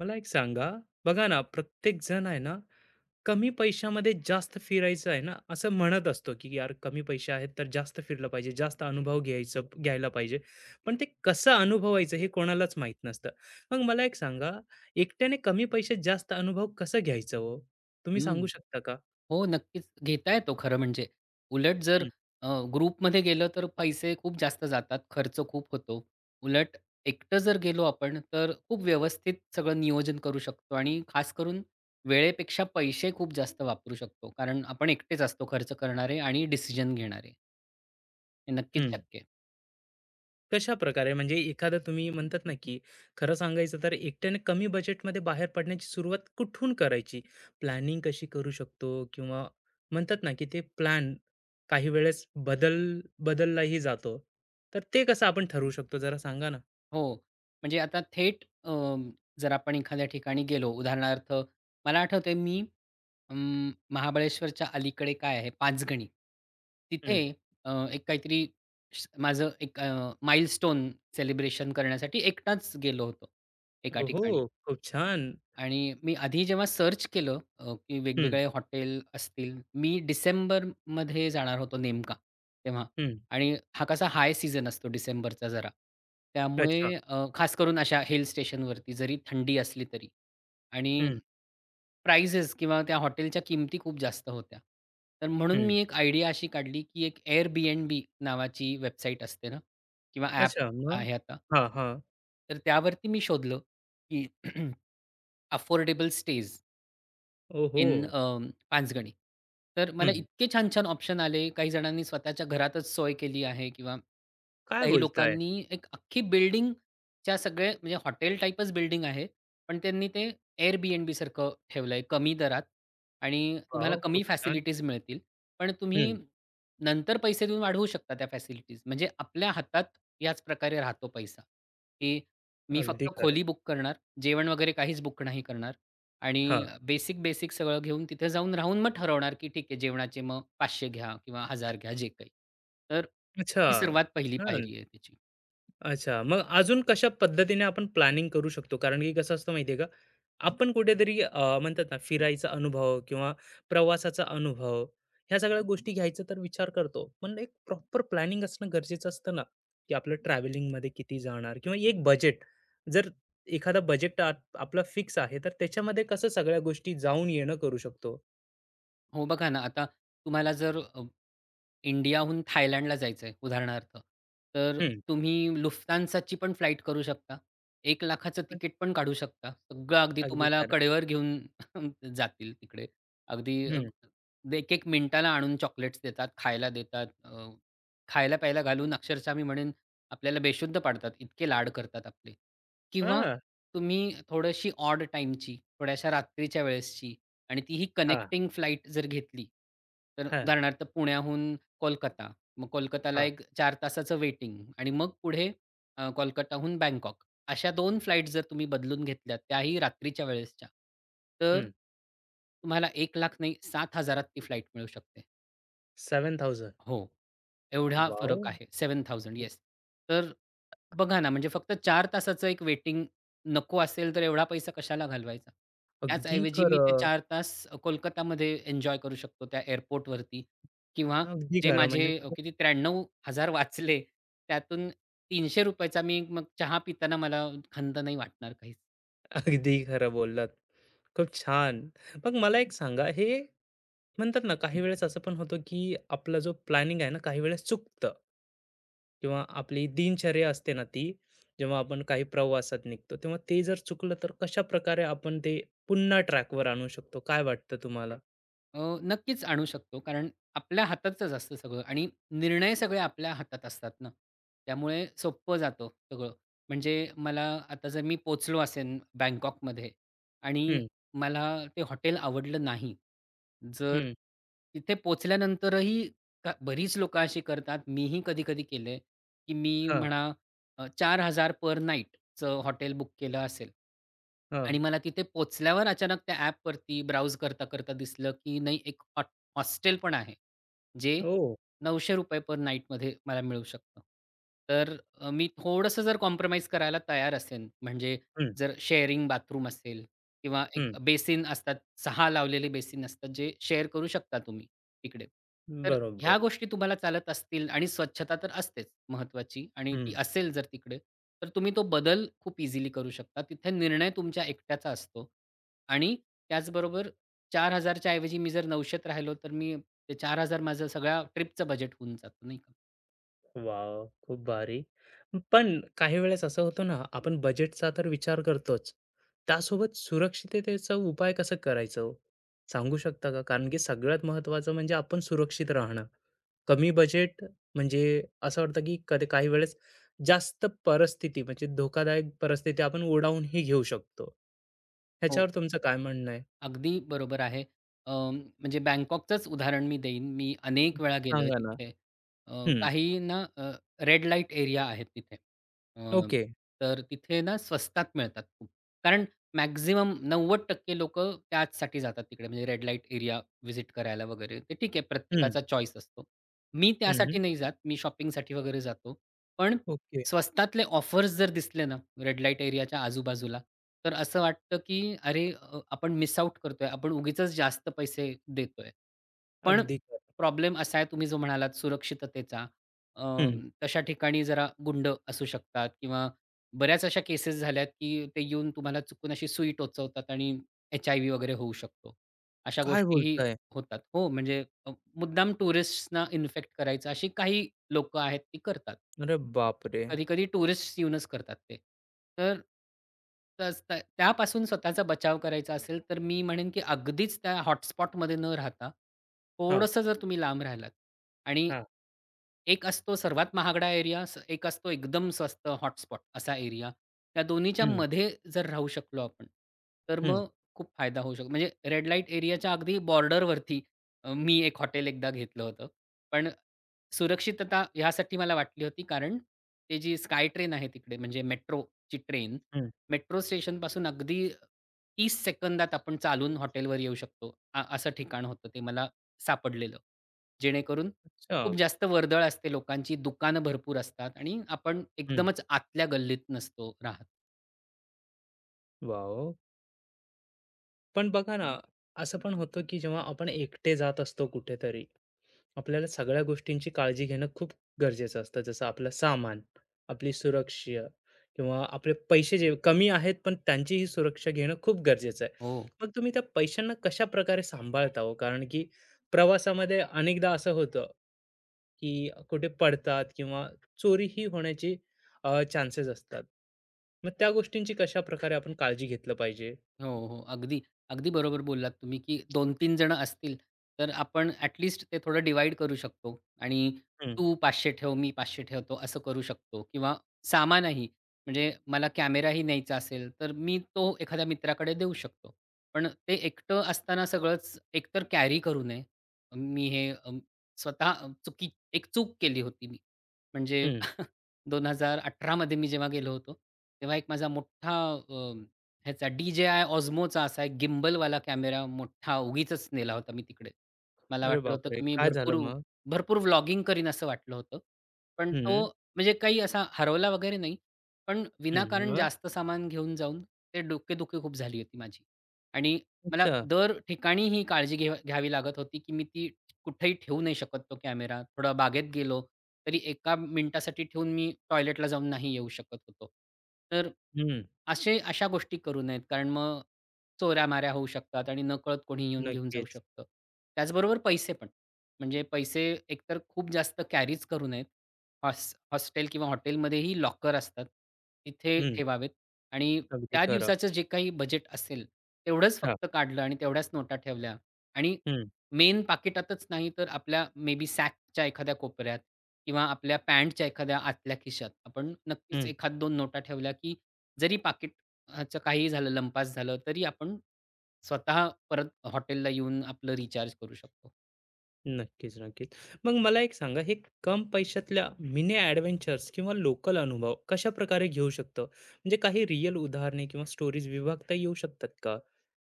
मला एक सांगा. बघा ना, प्रत्येक जण आहे ना कमी पैशामध्ये जास्त फिरायचं आहे ना, असं म्हणत असतो की यार कमी पैसे आहेत तर जास्त फिरलं पाहिजे, जास्त अनुभव घ्यायला पाहिजे. पण ते कसं अनुभवायचं हे कोणालाच माहित नसतं. मग मला एक सांगा, एकट्याने कमी पैशात जास्त अनुभव कसं घ्यायचं हो? तुम्ही सांगू हं. शकता का? हो, नक्कीच. घेता येतो खरं म्हणजे. उलट जर हम्म. अ, ग्रुपमध्ये गेलं तर पैसे खूप जास्त जातात, खर्च खूप होतो. उलट एकटं जर गेलो आपण तर खूप व्यवस्थित सगळं नियोजन करू शकतो आणि खास करून वेळेपेक्षा पैसे खूप जास्त वापरू शकतो. कारण आपण एकटेच असतो खर्च करणारे आणि डिसिजन घेणारे. हे नक्कीच हम्म. शक्य आहे. कशा प्रकारे, म्हणजे एखादं तुम्ही म्हणतात ना की, खरं सांगायचं तर एकट्याने कमी बजेटमध्ये बाहेर पडण्याची सुरुवात कुठून करायची? प्लॅनिंग कशी करू शकतो, किंवा म्हणतात ना की ते प्लॅन काही वेळेस बदललाही जातो, तर ते कसं आपण ठरवू शकतो जरा सांगा ना. हो. म्हणजे आता थेट जर आपण एखाद्या ठिकाणी गेलो, उदाहरणार्थ मला आठवतंय मी महाबळेश्वरच्या अलीकडे काय आहे पाचगणी. तिथे हम्म. एक काहीतरी माझं एक माइलस्टोन सेलिब्रेशन करण्यासाठी एकटाच गेलो होतो एका ओहो, ठिकाणी. खूप छान. आणि मी आधी जेव्हा सर्च केलं की हम्म. वेगवेगळे हॉटेल असतील. मी डिसेंबरमध्ये जाणार होतो नेमका तेव्हा. हम्म. आणि हा कसा हाय सीझन असतो डिसेंबरचा जरा. अच्छा. त्यामुळे खास करून अशा हिल स्टेशनवरती जरी थंडी असली तरी आणि हम्म. प्राइजेस किंवा त्या हॉटेलच्या किमती खूप जास्त होत्या. तर म्हणून हम्म. मी एक आयडिया अशी काढली, की एक Airbnb नावाची वेबसाईट असते ना किंवा ॲप अच्छा, मग? आहे आता. हा हा. तर त्यावरती मी शोधलं, की अफोर्डेबल स्टेज ओहो. इन पाचगणी. तर मला हम्म. इतके छान-छान ऑप्शन आले. काही जणांनी स्वतःच्या घरातच सोय केली आहे किंवा काय काही बोलताय. लोकांनी एक अख्खी बिल्डिंगच्या सगळे म्हणजे हॉटेल टाइपच बिल्डिंग आहे. पण त्यांनी ते Airbnb सारखं ठेवलं आहे कमी दरात आणि तुम्हाला वाव, खूप कमी छान. फॅसिलिटीज मिळतील. पण तुम्ही हम्म. नंतर पैसे देऊन वाढवू शकता त्या फॅसिलिटीज. म्हणजे आपल्या हातात याच प्रकारे राहतो पैसा, की मी अगदी फक्त खरं. खोली बुक करणार. जेवण वगैरे काहीच बुक नाही करणार. हा. आणि बेसिक सगळं घेऊन तिथे जाऊन राहून मग ठरवणार, की ठीक आहे जेवणाचे मग 500 घ्या किंवा हजार घ्या जे काही. तर अच्छा. ही सर्वात पहिली छान. पायरी आहे त्याची. अच्छा. मग अजून कशा पद्धतीने आपण प्लॅनिंग करू शकतो? कारण की कसं असतं माहिती आहे का, आपण कुठेतरी म्हणतात ना, फिरायचा अनुभव किंवा प्रवासाचा अनुभव, ह्या सगळ्या गोष्टी घ्यायचा तर विचार करतो. पण एक प्रॉपर प्लॅनिंग असणं गरजेचं असतं ना, की आपलं ट्रॅव्हलिंगमध्ये किती जाणार, किंवा एक बजेट. जर एखादा बजेट आपला फिक्स आहे, तर त्याच्यामध्ये कसं सगळ्या गोष्टी जाऊन येणं करू शकतो? हो, बघा ना आता तुम्हाला जर इंडियाहून थायलंडला जायचंय उदाहरणार्थ, तर हं. तुम्ही लुफ्थान्साची पण फ्लाइट करू शकता. 1,00,000चं पण तिकीट पण काढू शकता. सगळं अगदी अगदी तुम्हाला खरं. कडेवर घेऊन जातील तिकडे. अगदी हं. एक-एक मिनिटाला आणून चॉकलेट्स देतात, खायला देतात. खायला-प्यायला घालून अक्षरशः मी म्हणेन आपल्याला बेशुद्ध पाडतात. इतके लाड करतात आपले. किंवा हां. तुम्ही थोडीशी ऑड टाईमची, थोड्याशा रात्रीच्या वेळेसची आणि तीही हां, कनेक्टिंग फ्लाइट जर घेतली, तर हां, उदाहरणार्थ पुण्याहून कोलकाता. मग कोलकाताला हां. एक 4 तासाचं वेटिंग आणि मग पुढे कोलकाताहून बँकॉक. अशा दोन फ्लाइट जर तुम्ही बदलून घेतल्या, त्याही रात्रीच्या वेळेसच्या, तर हं. तुम्हाला 1,00,000 नाही 7,000त ती फ्लाइट मिळू शकते. 7,000. हो. एवढा वॉव! फरक आहे. 7,000 येस. तर बघा ना, म्हणजे फक्त 4 तासाचं एक वेटिंग नको असेल, तर एवढा पैसा कशाला घालवायचा? अगदी त्याचऐवजी मी ते खरं. चार तास कोलकातामध्ये एन्जॉय करू शकतो त्या एअरपोर्टवरती किंवा अगदी जे खरं. माझे म्हणजे खूप- किती त्र्याण्णव हजार वाचले, त्यातून ₹300 चा मी मग चहा पिताना मला खंत नाही वाटणार काहीच. अगदी खरं बोललात. खूप छान. मग मला एक सांगा, हे म्हणतात ना, काही वेळेस असं पण होतं, की आपला जो प्लॅनिंग आहे ना, काही वेळेस चुकतं. किंवा आपली दिनचर्या असते ना, ती जेव्हा आपण काही प्रवासात निघतो, तेव्हा ते जर चुकलं, तर कशाप्रकारे आपण ते पुन्हा ट्रॅकवर आणू शकतो? काय वाटतं तुम्हाला? नक्कीच आणू शकतो. कारण आपल्या हातातच असतं सगळं आणि निर्णय सगळे आपल्या हातात असतात ना. त्यामुळे सोपं जातं सगळं. म्हणजे मला आता जर मी पोहोचलो असेन बँकॉकमध्ये आणि हं, मला ते हॉटेल आवडलं नाही. जर हं. तिथे पोहोचल्यानंतरही बरीच लोकं अशी करतात, मीही कधी-कधी केलंय, की मी हां, म्हणा 4,000 पर नाईट चं हॉटेल बुक केलं असेल. हां. आणि मला तिथे पोहोचल्यावर अचानक त्या ॲपवरती ब्राउज करता-करता दिसलं, की नाही एक हॉस्टेल पण आहे, जे ओह! ₹900 पर नाईटमध्ये मला मिळू शकतं. तर मी थोडंसं जर कॉम्प्रोमाईज करायला तयार असेन, म्हणजे हं, जर शेअरिंग बाथरूम असेल किंवा हं. एक बेसिन असतात, 6 लावलेले बेसिन असतात, जे शेअर करू शकता तुम्ही तिकडे. बरोबर. ह्या गोष्टी तुम्हाला चालत असतील आणि स्वच्छता तर असतेच महत्वाची आणि ती असेल जर तिकडे, तर तुम्ही तो बदल खूप इझिली करू शकता. तिथे निर्णय तुमच्या एकट्याचा असतो आणि त्याचबरोबर 4,000 च्या ऐवजी मी जर 900त राहिलो, तर मी ते 4,000 माझं सगळ्या ट्रिपचं बजेट होऊन जातं, नाही का? वाव, खूप भारी. पण काही वेळेस असं होतं ना, आपण बजेटचा तर विचार करतोच. त्यासोबत सुरक्षिततेचा उपाय कसं करायचं हो? सांगू शकता का? कारण की सगळ्यात महत्त्वाचं म्हणजे आपण सुरक्षित राहणं. कमी बजेट म्हणजे असं वाटतं की कधी, काही वेळेस जास्त परिस्थिती म्हणजे धोकादायक परिस्थिती आपण ओढावूनही घेऊ शकतो. हो, ह्याच्यावर तुमचं काय म्हणणं आहे? अगदी बरोबर आहे. अं, म्हणजे बँकॉकचंच उदाहरण मी देईन. मी अनेक वेळा गेलोय सांगा ना. तिथे. हं. काही ना रेड लाईट एरिया आहेत तिथे. अ, ओके. तर तिथे ना स्वस्तात मिळतात खूप. कारण मॅक्सिमम टक्के लोकं त्याचसाठी जातात तिकडे, म्हणजे रेड लाईट एरिया व्हिजिट करायला वगैरे. ते ठीक आहे, हं. प्रत्येकाचा चॉईस असतो. मी हं, त्यासाठी नाही जात. मी शॉपिंगसाठी वगैरे जातो. पण ओके. स्वस्तातले ऑफर्स जर दिसले ना, रेड लाईट एरियाच्या आजूबाजूला, तर असं वाटतं, की अरे आपण मिस आउट करतोय. आपण उगीचच जास्त पैसे देतोय. पण अगदी खरं. प्रॉब्लेम असा आहे तुम्ही जो म्हणालात सुरक्षिततेचा. अ, हं. तशा ठिकाणी जरा गुंड असू शकतात किंवा बऱ्याच अशा केसेस झाल्यात, की ते येऊन तुम्हाला चुकून अशी सुई टोचवतात आणि एच-आय-व्ही वगैरे होऊ शकतो. अशा काय गोष्टीही बोलताय? होतात. हो, म्हणजे अ, मुद्दाम टुरिस्ट्सना इन्फेक्ट करायचं अशी काही लोकं आहेत ती करतात. अरे बापरे! कधी-कधी टुरिस्ट येऊनच करतात ते. तर तस त्या त्यापासून स्वतःचा बचाव करायचा असेल, तर मी म्हणेन की अगदीच त्या हॉटस्पॉटमध्ये न राहता, हां, थोडंसं जर तुम्ही लांब राहिलात आणि हां. एक असतो सर्वात महागडा एरिया, एक असतो एकदम स्वस्त हॉटस्पॉट असा एरिया. त्या दोन्हीच्या हं, मध्ये जर राहू शकलो आपण, तर हं, मग खूप फायदा होऊ शकतो. म्हणजे रेड लाईट एरियाच्या अगदी बॉर्डरवरती मी एक हॉटेल एकदा घेतलं होतं. पण सुरक्षितता ह्यासाठी मला वाटली होती, कारण ते जी स्काय ट्रेन आहे तिकडे म्हणजे मेट्रोची ट्रेन, हं. मेट्रो स्टेशनपासून अगदी 30 सेकंदात आपण चालून हॉटेलवर येऊ शकतो. असं ठिकाण होतं ते मला सापडलेलं. जेणेकरून अच्छा. खूप जास्त वर्दळ असते लोकांची, दुकानं भरपूर असतात आणि आपण हं. एकदमच आतल्या गल्लीत नसतो राहत. वॉव! पण बघा ना, असं पण होतं, की जेव्हा आपण एकटे जात असतो कुठेतरी आपल्याला सगळ्या गोष्टींची काळजी घेणं खूप गरजेचं असतं. जसं आपलं सामान, आपली सुरक्षा किंवा आपले पैसे जे कमी आहेत, पण त्यांची ही सुरक्षा घेणं खूप गरजेचं आहे. हो. मग तुम्ही त्या पैशांना कशा प्रकारे सांभाळता हो? कारण की प्रवासामध्ये अनेकदा असं होतं, की कुठे पडतात किंवा चोरीही होण्याची चान्सेस असतात. मग त्या गोष्टींची कशाप्रकारे आपण काळजी घेतलं पाहिजे? हो, हो. अगदी बरोबर बोललात तुम्ही, की 2-3 जण असतील, तर आपण ॲट लिस्ट ते थोडं डिव्हाईड करू शकतो आणि हं, तू 500 ठेव, मी 500 ठेवतो असं करू शकतो किंवा सामानही म्हणजे मला कॅमेराही न्यायचा असेल, तर मी तो एखाद्या मित्राकडे देऊ शकतो. पण ते एकटं असताना सगळंच एकतर कॅरी करू नये. मी हे स्वतः चुकी एक चूक केली होती मी. म्हणजे हं. 2018 मध्ये मी जेव्हा गेलो होतो, तेव्हा एक माझा मोठा ह्याचा DJI Osmoचा असा एक गिम्बलवाला कॅमेरा मोठा उगीचच नेला होता मी तिकडे. मला अरे वाटलं होतं बापरे! की मी काय झालं भरपूर मग? भरपूर व्लॉगिंग करीन असं वाटलं होतं. पण तो हं, म्हणजे काही असा हरवला वगैरे नाही. पण हं, विनाकारण मग? जास्त सामान घेऊन जाऊन ते डोकेदुखी खूप झाली होती माझी. आणि मला अच्छा. दर ठिकाणी ही काळजी घ्यावी घ्यावी लागत होती की मी ती कुठेही ठेवू नाही शकत तो कॅमेरा. थोडं बागेत गेलो, तरी 1 मिनिटासाठी ठेवून मी टॉयलेटला जाऊन नाही येऊ शकत होतो. तर हं. असे अशा गोष्टी करू नयेत, कारण मग चोऱ्या-माऱ्या होऊ शकतात आणि नकळत कोणी येऊन घेऊन जाऊ नक्कीच. शकतं. त्याचबरोबर पैसे पण. म्हणजे पैसे एकतर खूप जास्त कॅरीच करू नयेत. हॉस्टेल किंवा हॉटेलमध्येही लॉकर असतात. तिथे हं. ठेवावेत. आणि अगदी त्या खरं. दिवसाचं जे काही बजेट असेल, तेवढंच हां. फक्त काढलं आणि तेवढ्याच नोटा ठेवल्या आणि हं, मेन पाकिटातच नाही तर आपल्या मे बी सॅकच्या एखाद्या कोपऱ्यात किंवा आपल्या पॅन्टच्या एखाद्या आतल्या खिशात आपण नक्कीच हं. एखाद दोन नोटा ठेवल्या की जरी पाकिट ह्याचं काहीही झालं लंपास झालं तरी आपण स्वतः परत हॉटेलला येऊन आपलं रिचार्ज करू शकतो. नक्कीच, नक्कीच. मग मला एक सांगा, हे कम पैशातल्या मिनी ॲडव्हेंचर्स किंवा लोकल अनुभव कशाप्रकारे घेऊ शकतो? म्हणजे काही रिअल उदाहरणे किंवा स्टोरीज विभागता येऊ शकतात का?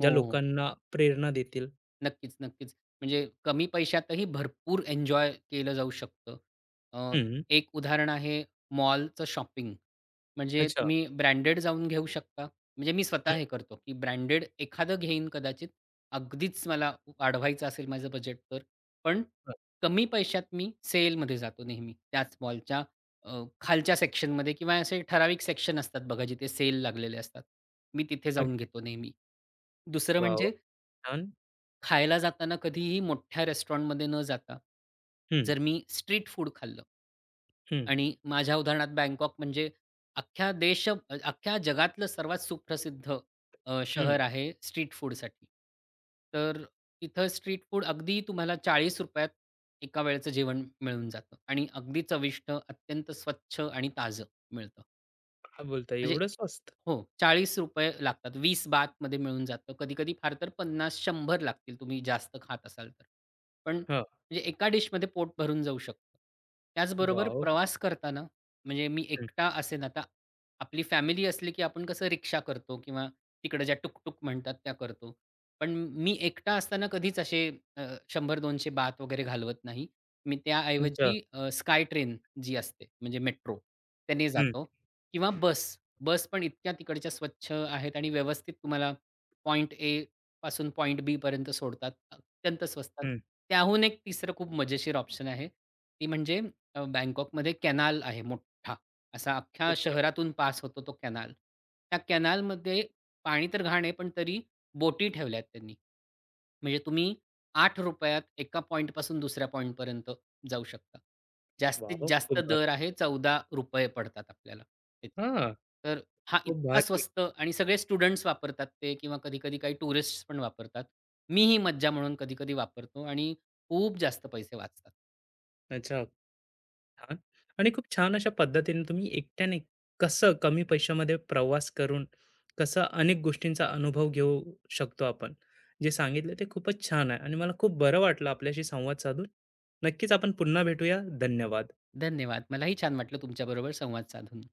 हो, ज्या हो. लोकांना प्रेरणा देतील? नक्कीच, नक्कीच. म्हणजे कमी पैशातही भरपूर एन्जॉय केलं जाऊ शकतं. अ, हं. एक उदाहरण आहे मॉलचं शॉपिंग. म्हणजे अच्छा. तुम्ही ब्रँडेड जाऊन घेऊ शकता. म्हणजे मी स्वतः हं, हे करतो, की ब्रँडेड एखादं घेईन कदाचित. अगदीच मला वाढवायचं असेल माझं बजेट तर. पण हं. कमी पैशात मी सेलमध्ये जातो नेहमी. त्याच मॉलच्या खालच्या सेक्शनमध्ये किंवा असे ठराविक सेक्शन असतात बघा, जिथे सेल लागलेले असतात. मी तिथे जाऊन घेतो अगदी. नेहमी. दुसरं वाव, म्हणजे छान. खायला जाताना कधीही मोठ्या रेस्टॉरंटमध्ये न जाता, हं, जर मी स्ट्रीट फूड खाल्लं हं, आणि माझ्या उदाहरणात बँकॉक म्हणजे अख्ख्या देश अ, अख्ख्या जगातलं सर्वात सुप्रसिद्ध हं. शहर आहे स्ट्रीट फूडसाठी. तर तिथं स्ट्रीट फूड अगदी तुम्हाला ₹40 त एका वेळचं जेवण मिळून जातं आणि अगदी चविष्ट, अत्यंत स्वच्छ आणि ताजं मिळतं. काय बोलता म्हणजे एवढं स्वस्त? हो, ₹40 लागतात. 20 बातमध्ये मिळून जातं. कधी-कधी फार तर 50-100 लागतील तुम्ही जास्त खात असाल तर. पण हां. म्हणजे एका डिशमध्ये पोट भरून जाऊ शकतं. त्याचबरोबर वॉव! प्रवास करताना म्हणजे मी हं. एकटा असेन आता. आपली फॅमिली असली की आपण कसं रिक्षा करतो किंवा तिकडे ज्या टुक म्हणतात त्या करतो. पण मी एकटा असताना कधीच असे अ, 100-200 बात वगैरे घालवत नाही. मी अच्छा. त्याऐवजी स्काय ट्रेन जी असते म्हणजे मेट्रो त्याने हं, जातो किंवा बस बस पण इतक्या तिकडच्या स्वच्छ आहेत आणि व्यवस्थित तुम्हाला पॉइंट ए पासून पॉइंट बी पर्यंत सोडतात. अत्यंत स्वस्तात. हं. त्याहून एक तिसरं खूप मजेशीर ऑप्शन आहे. ती म्हणजे बँकॉकमध्ये कॅनाल आहे मोठा. असा अख्ख्या अच्छा. शहरातून पास होतो तो कॅनाल. त्या कॅनालमध्ये पाणी तर घाण आहे, पण तरी बोटी ठेवल्यात त्यांनी. म्हणजे तुम्ही ₹8 एका पॉइंटपासून दुसऱ्या पॉइंटपर्यंत जाऊ शकता. जास्तीत वॉव! जास्त खूप भारी. दर आहे ₹14 पडतात आपल्याला तिथे. हां. तर हा खूप इतका भारी. स्वस्त आणि सगळे स्टुडंट्स वापरतात ते किंवा कधी-कधी काही टुरिस्ट्स पण वापरतात. मीही मज्जा म्हणून कधी-कधी वापरतो आणि खूप जास्त पैसे वाचतात. अच्छा. छान. आणि खूप छान अशा पद्धतीने तुम्ही एकट्याने कसं कमी पैशामध्ये प्रवास करून कसं अनेक गोष्टींचा अनुभव घेऊ शकतो आपण. जे सांगितलं ते खूपच छान आहे आणि मला खूप बरं वाटलं आपल्याशी संवाद साधून. नक्कीच आपण पुन्हा भेटूया. धन्यवाद. धन्यवाद. मलाही छान वाटलं तुमच्याबरोबर संवाद साधून.